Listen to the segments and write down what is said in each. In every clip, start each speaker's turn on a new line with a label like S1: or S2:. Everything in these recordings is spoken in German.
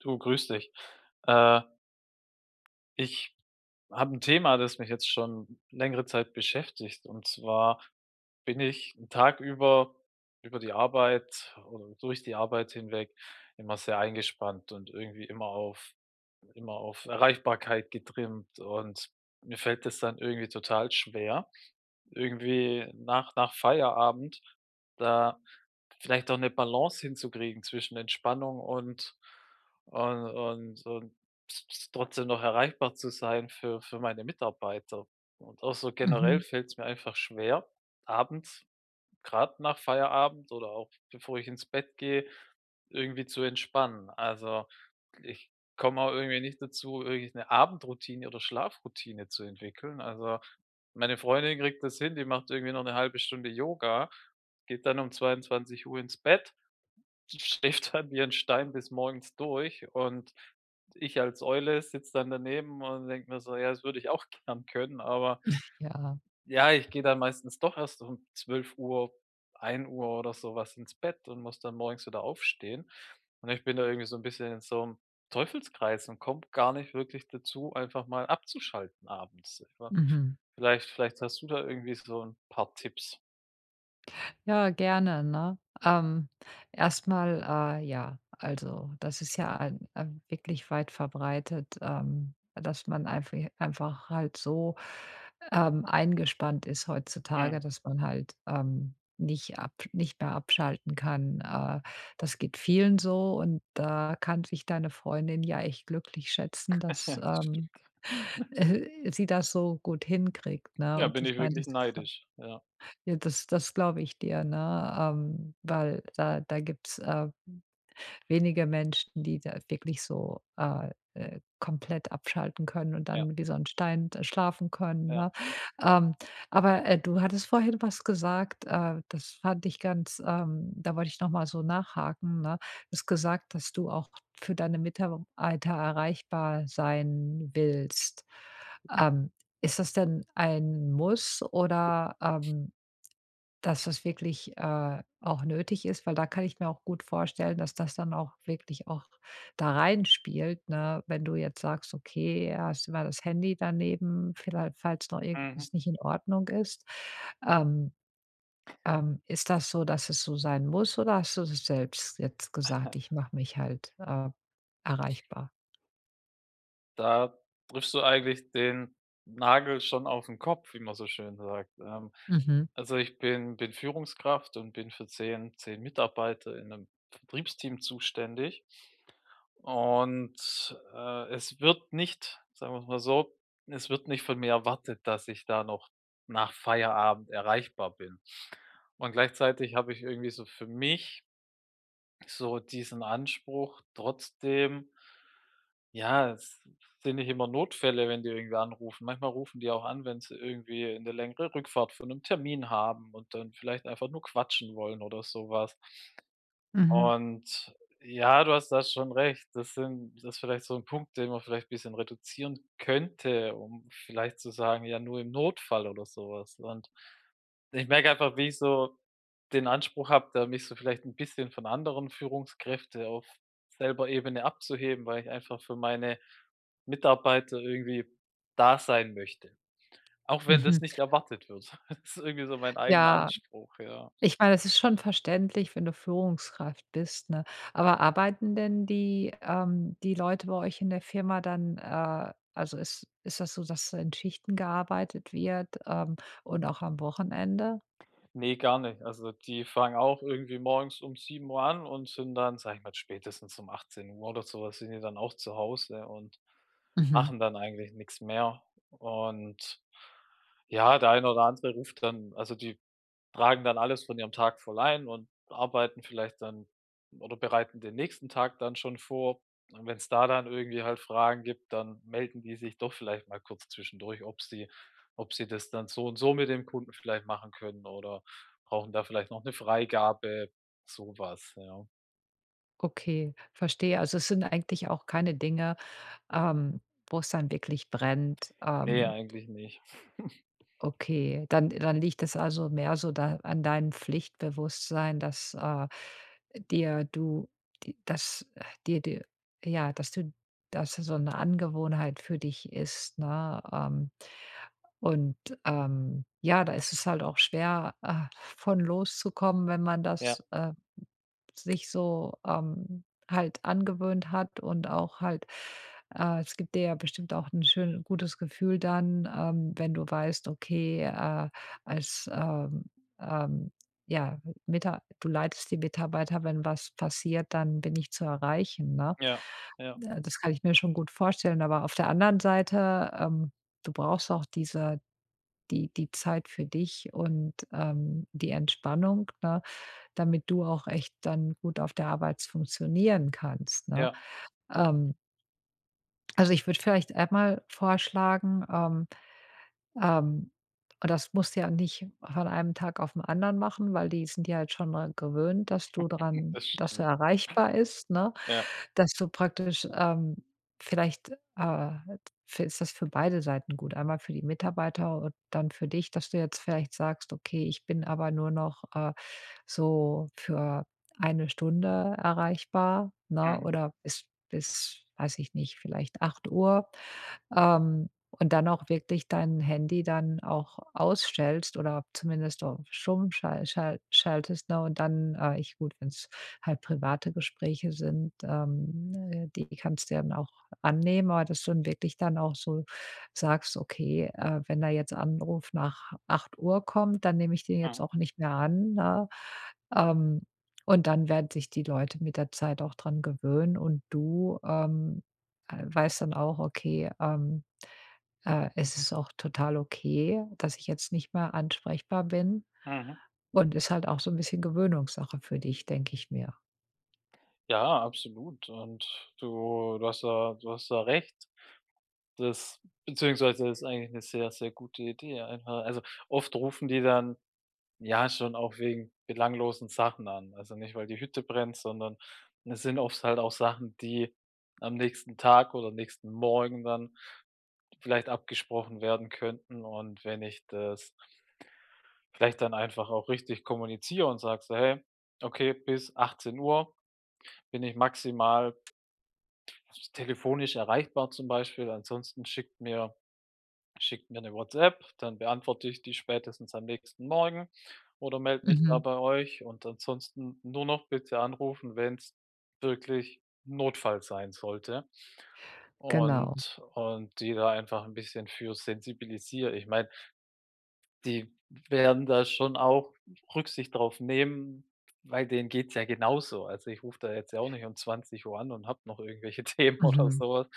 S1: Du, grüß dich. Äh, Ich habe ein Thema, das mich jetzt schon längere Zeit beschäftigt. Und zwar bin ich 'n Tag über die Arbeit oder durch die Arbeit hinweg immer sehr eingespannt und irgendwie immer auf Erreichbarkeit getrimmt, und mir fällt das dann irgendwie total schwer, irgendwie nach Feierabend da vielleicht auch eine Balance hinzukriegen zwischen Entspannung und s s trotzdem noch erreichbar zu sein für meine Mitarbeiter. Und auch so generell
S2: Mhm.
S1: fällt es mir einfach schwer, abends, gerade nach Feierabend oder auch bevor ich ins Bett gehe, irgendwie zu entspannen. Also, ich komme auch irgendwie nicht dazu, irgendwie eine Abendroutine oder Schlafroutine zu entwickeln. Also, meine Freundin kriegt das hin, die macht irgendwie noch eine halbe Stunde Yoga, geht dann um 22 Uhr ins Bett, schläft dann wie ein Stein bis morgens durch, und ich als Eule sitze dann daneben und denke mir so: „Ja, das würde ich auch gern können, aber
S2: Ja,
S1: ja, ich gehe dann meistens doch erst um 12 Uhr, 1 Uhr oder sowas ins Bett und muss dann morgens wieder aufstehen.“ Und ich bin da irgendwie so ein bisschen in so 'nem Teufelskreis und komme gar nicht wirklich dazu, einfach mal abzuschalten abends. Ich war
S2: mhm.
S1: vielleicht vielleicht hast du da irgendwie so 'n paar Tipps.
S2: Ja, gerne, ne? Ähm, erst ja, also, das ist ja ein wirklich weit verbreitet, dass man einfach halt so, eingespannt ist heutzutage,
S1: Mhm.
S2: dass man halt, nicht mehr abschalten kann. Das geht vielen so und da kann sich deine Freundin ja echt glücklich schätzen, dass,
S1: Das stimmt.
S2: sie das so gut hinkriegt, ne?
S1: Ja,
S2: Und
S1: bin
S2: ich
S1: ich
S2: meine,
S1: wirklich
S2: das ist
S1: neidisch. Ja,
S2: ja, das glaube ich dir, ne? Weil da gibt's, wenige Menschen, die da wirklich so, komplett abschalten können und
S1: ja,
S2: dann wie so 'n Stein da schlafen können,
S1: ja.
S2: ne? Ähm, aber, du hattest vorhin was gesagt, das fand ich ganz da wollte ich noch mal so nachhaken, ne? Du hast gesagt, dass du auch für deine Mitarbeiter erreichbar sein willst. Ähm, Ist das denn ein Muss oder, ähm, dass das wirklich, auch nötig ist, weil da kann ich mir auch gut vorstellen, dass das dann auch wirklich auch da reinspielt, ne? Wenn du jetzt sagst: „Okay, hast immer das Handy daneben, vielleicht falls noch
S1: Mhm.
S2: irgendwas nicht in Ordnung ist.“ Ähm, Ist das so, dass es so sein muss oder hast du das selbst jetzt gesagt: „Ich mache mich halt, erreichbar?“
S1: Da triffst du eigentlich den Nagel schon auf 'n Kopf, wie man so schön sagt.
S2: Mhm,
S1: Also, ich bin Führungskraft und bin für zehn Mitarbeiter in einem Vertriebsteam zuständig. Und es wird nicht, sagen wir's mal so, es wird nicht von mir erwartet, dass ich da noch nach Feierabend erreichbar bin. Und gleichzeitig habe ich irgendwie so für mich so diesen Anspruch trotzdem. Ja, es sind nicht immer Notfälle, wenn die irgendwie anrufen. Manchmal rufen die auch an, wenn sie irgendwie 'ne längere Rückfahrt von einem Termin haben und dann vielleicht einfach nur quatschen wollen oder sowas.
S2: mhm,
S1: Und ja, du hast da schon recht. Das ist vielleicht so ein Punkt, den man vielleicht ein bisschen reduzieren könnte, um vielleicht zu sagen: „Ja, nur im Notfall“ oder sowas. Und ich merke einfach, wie ich so den Anspruch habe, da mich so vielleicht ein bisschen von anderen Führungskräfte auf selber Ebene abzuheben, weil ich einfach für meine Mitarbeiter irgendwie da sein möchte, auch wenn
S2: mhm.
S1: das nicht erwartet wird. Das ist irgendwie so mein eigener
S2: Ja,
S1: Anspruch, ja.
S2: ich meine, es ist schon verständlich, wenn du Führungskraft bist, ne? Aber arbeiten denn die, die Leute bei euch in der Firma dann, äh, also ist das so, dass in Schichten gearbeitet wird, und auch am Wochenende?
S1: Ne, gar nicht. Also, die fangen auch irgendwie morgens um 7 Uhr an und sind dann, sage ich mal, spätestens um 18 Uhr oder sowas sind die dann auch zu Hause und
S2: Mhm.
S1: machen dann eigentlich nichts mehr. Und ja, der eine oder andere ruft dann, also, die tragen dann alles von ihrem Tag voll ein und arbeiten vielleicht dann oder bereiten den nächsten Tag dann schon vor. Und wenn es da dann irgendwie halt Fragen gibt, dann melden die sich doch vielleicht mal kurz zwischendurch, ob sie das dann so und so mit dem Kunden vielleicht machen können oder brauchen da vielleicht noch eine Freigabe, sowas was, ja.
S2: Okay, verstehe. Also, es sind eigentlich auch keine Dinge, ähm, wo es dann wirklich brennt,
S1: Ne,
S2: ähm.
S1: eigentlich nicht.
S2: Okay, dann liegt es also mehr so da an deinem Pflichtbewusstsein, dass, dir du di dass dir dir ja, dass es so eine Angewohnheit für dich ist, ne? Und, ja, da ist es halt auch schwer, von loszukommen, wenn man
S1: Ja,
S2: das, sich so, halt angewöhnt hat und auch halt es gibt dir ja bestimmt auch ein schön gutes Gefühl dann, wenn du weißt, okay, als, ähm, ähm, ja, Mitar du leitest die Mitarbeiter, wenn was passiert, dann bin ich zu erreichen, ne?
S1: ja, ja,
S2: Das kann ich mir schon gut vorstellen, aber auf der anderen Seite, du brauchst auch die Zeit für dich und, die Entspannung, ne? Damit du auch echt dann gut auf der Arbeit funktionieren kannst, ne?
S1: ja,
S2: Ähm, also, ich würde vielleicht einmal vorschlagen, ähm und das musst du ja nicht von einem Tag auf den anderen machen, weil die sind ja halt schon dran gewöhnt,
S1: das
S2: dass du
S1: stimmt.
S2: erreichbar ist, ne?
S1: Ja.
S2: Dass du praktisch, vielleicht, äh, f ist das für beide Seiten gut. Einmal für die Mitarbeiter und dann für dich, dass du jetzt vielleicht sagst: „Okay, ich bin aber nur noch, so für eine Stunde erreichbar, ne,
S1: Mhm,
S2: oder bis, weiß ich nicht, vielleicht 8 Uhr, ähm, und dann auch wirklich dein Handy dann auch ausstellst oder zumindest auf stumm schaltest, ne, und dann ich gut, wenn es halt private Gespräche sind, die kannst du ja dann auch annehmen, aber dass du dann wirklich dann auch so sagst: „Okay, wenn da jetzt Anruf nach acht Uhr kommt, dann nehme ich den jetzt
S1: mhm,
S2: auch nicht mehr an“, ne? Ähm, und dann werden sich die Leute mit der Zeit auch dran gewöhnen und du, weißt dann auch: „Okay, es ist auch total okay, dass ich jetzt nicht mehr ansprechbar bin.“
S1: mhm.
S2: Und ist halt auch so ein bisschen Gewöhnungssache für dich, denke ich mir.
S1: Ja, absolut, und du hast da recht. Das beziehungsweise ist eigentlich eine sehr, sehr gute Idee einfach. Also, oft rufen die dann, ja, schon auch wegen belanglosen Sachen an. Also, nicht, weil die Hütte brennt, sondern es sind oft halt auch Sachen, die am nächsten Tag oder nächsten Morgen dann vielleicht abgesprochen werden könnten. Und wenn ich das vielleicht dann einfach auch richtig kommuniziere und sage so: „Hey, okay, bis 18 Uhr bin ich maximal telefonisch erreichbar“, zum Beispiel. Ansonsten schickt mir Schickt mir eine WhatsApp, dann beantworte ich die spätestens am nächsten Morgen oder melde mich da
S2: Mhm,
S1: bei euch, und ansonsten nur noch bitte anrufen, wenn es wirklich Notfall sein sollte,
S2: genau.
S1: und die da einfach ein bisschen für sensibilisiere. Ich meine, die werden da schon auch Rücksicht drauf nehmen, weil denen geht's ja genauso. Also, ich rufe da jetzt ja auch nicht um 20 Uhr an und habe noch irgendwelche Themen oder
S2: Mhm.
S1: so was.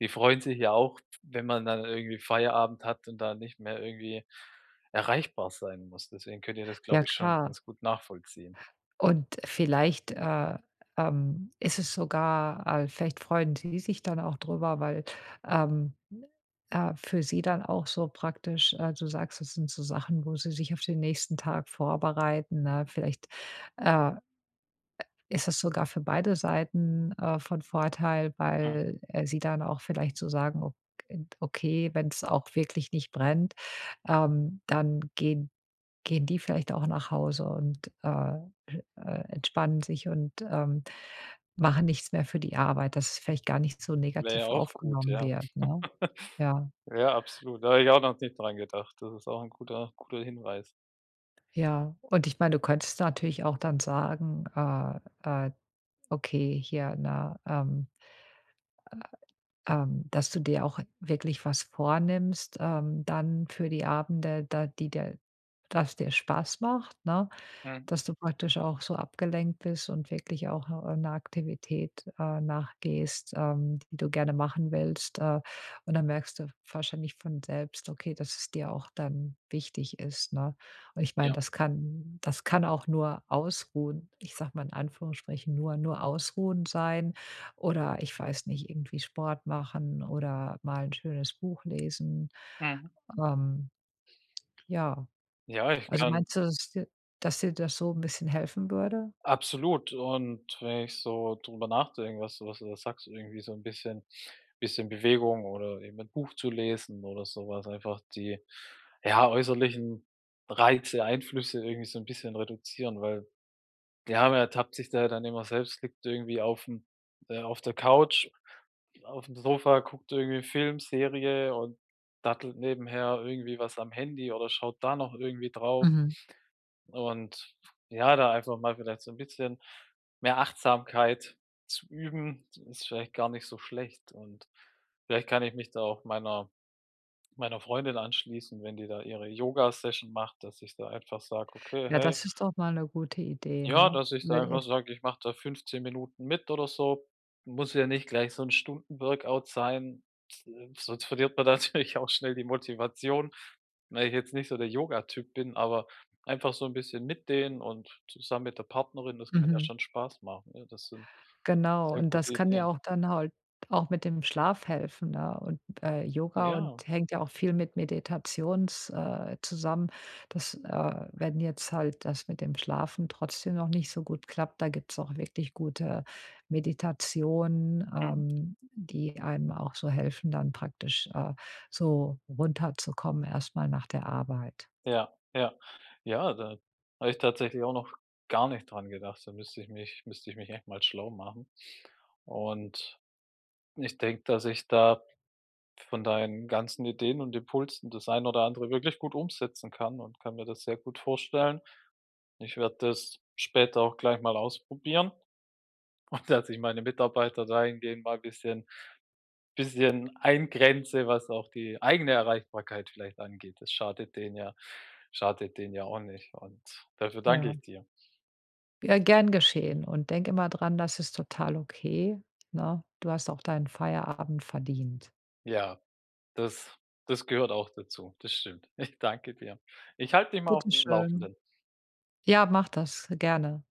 S1: Die freuen sich ja auch, wenn man dann irgendwie Feierabend hat und da nicht mehr irgendwie erreichbar sein muss. Deswegen könnt ihr das,
S2: Ja
S1: glaube ich, schon
S2: klar.
S1: ganz gut nachvollziehen.
S2: Und vielleicht, ist es sogar vielleicht freuen sie sich dann auch drüber, weil, ähm, für sie dann auch so praktisch du sagst, das sind so Sachen, wo sie sich auf den nächsten Tag vorbereiten, ne? Vielleicht, äh, ist das sogar für beide Seiten, von Vorteil,
S1: Mhm.
S2: weil, sie dann auch vielleicht so sagen: „Ok okay, wenn es auch wirklich nicht brennt, dann gehen die vielleicht auch nach Hause und, entspannen sich und, machen nichts mehr für die Arbeit, dass es vielleicht gar nicht so
S1: Wäre ja
S2: negativ
S1: auch gut,
S2: aufgenommen
S1: ja.
S2: wird, ne? Ja,
S1: Ja, absolut. Da habe ich auch noch nicht dran gedacht. Das ist auch 'n guter guter Hinweis.
S2: ja. Und ich meine, du könntest natürlich auch dann sagen, äh, okay, hier, ne, dass du dir auch wirklich was vornimmst, dann für die Abende, da die dir Spaß macht, ne?
S1: Mhm,
S2: Dass du praktisch auch so abgelenkt bist und wirklich auch, 'ner Aktivität, nachgehst, die du gerne machen willst, und dann merkst du wahrscheinlich von selbst, okay, dass es dir auch dann wichtig ist, ne? Und ich meine,
S1: ja.
S2: das kann auch nur Ausruhen, ich sage mal in Anführungsstrichen, nur Ausruhen sein oder ich weiß nicht, irgendwie Sport machen oder mal ein schönes Buch lesen.
S1: Mhm.
S2: Ähm, ja.
S1: Ja, ich
S2: Also,
S1: kann.
S2: meinst du, dass dir das so ein bisschen helfen würde?
S1: Absolut. Und wenn ich so drüber nachdenke, was du da sagst, irgendwie so ein bisschen Bewegung oder eben 'n Buch zu lesen oder so was, einfach die, ja, äußerlichen Reize, Einflüsse irgendwie so ein bisschen reduzieren, weil, ja, man ertappt sich da ja dann immer selbst, liegt irgendwie aufm auf der Couch, auf dem Sofa, guckt irgendwie Film, Serie und dattelt nebenher irgendwie was am Handy oder schaut da noch irgendwie drauf.
S2: Mhm.
S1: Und ja, da einfach mal vielleicht so ein bisschen mehr Achtsamkeit zu üben, ist vielleicht gar nicht so schlecht. Und vielleicht kann ich mich da auch meiner Freundin anschließen, wenn die da ihre Yoga-Session macht, dass ich da einfach sage: „Okay,
S2: Ja,
S1: hey,
S2: das ist doch mal eine gute Idee,
S1: ja,
S2: ne?
S1: dass ich da
S2: Weil,
S1: einfach sage, ich mache da 15 Minuten mit oder so. Muss ja nicht gleich so 'n Stunden-Workout sein, sonst verliert man natürlich auch schnell die Motivation, weil ich jetzt nicht so der Yogatyp bin, aber einfach so 'n bisschen mit denen und zusammen mit der Partnerin, das kann ja
S2: mhm.
S1: schon Spaß machen, ne? Das sind
S2: Genau,
S1: sehr
S2: und
S1: gute
S2: das kann dir
S1: Ideen.“
S2: auch dann halt auch mit dem Schlaf helfen, ne? Und, Yoga und
S1: Ja,
S2: hängt ja auch viel mit Meditations zusammen. Das, wenn jetzt halt das mit dem Schlafen trotzdem noch nicht so gut klappt, da gibt's auch wirklich gute Meditationen,
S1: mhm,
S2: die einem auch so helfen, dann praktisch, so runterzukommen erstmal nach der Arbeit.
S1: ja, ja. Ja, da habe ich tatsächlich auch noch gar nicht dran gedacht. Da müsste ich mich echt mal schlau machen, und ich denke, dass ich da von deinen ganzen Ideen und Impulsen das ein oder andere wirklich gut umsetzen kann, und kann mir das sehr gut vorstellen. Ich werde das später auch gleich mal ausprobieren, und dass ich meine Mitarbeiter dahingehend mal ein bisschen eingrenze, was auch die eigene Erreichbarkeit vielleicht angeht. Das schadet denen ja auch nicht, und dafür danke
S2: Ja.
S1: ich dir.
S2: Ja, gern geschehen und denk immer dran, das ist total okay, ne? Du hast auch deinen Feierabend verdient.
S1: Ja, das das gehört auch dazu. Das stimmt. Ich danke dir. Ich halte dich mal auf dem
S2: Bitteschön.
S1: Laufenden.
S2: Ja, mach das gerne.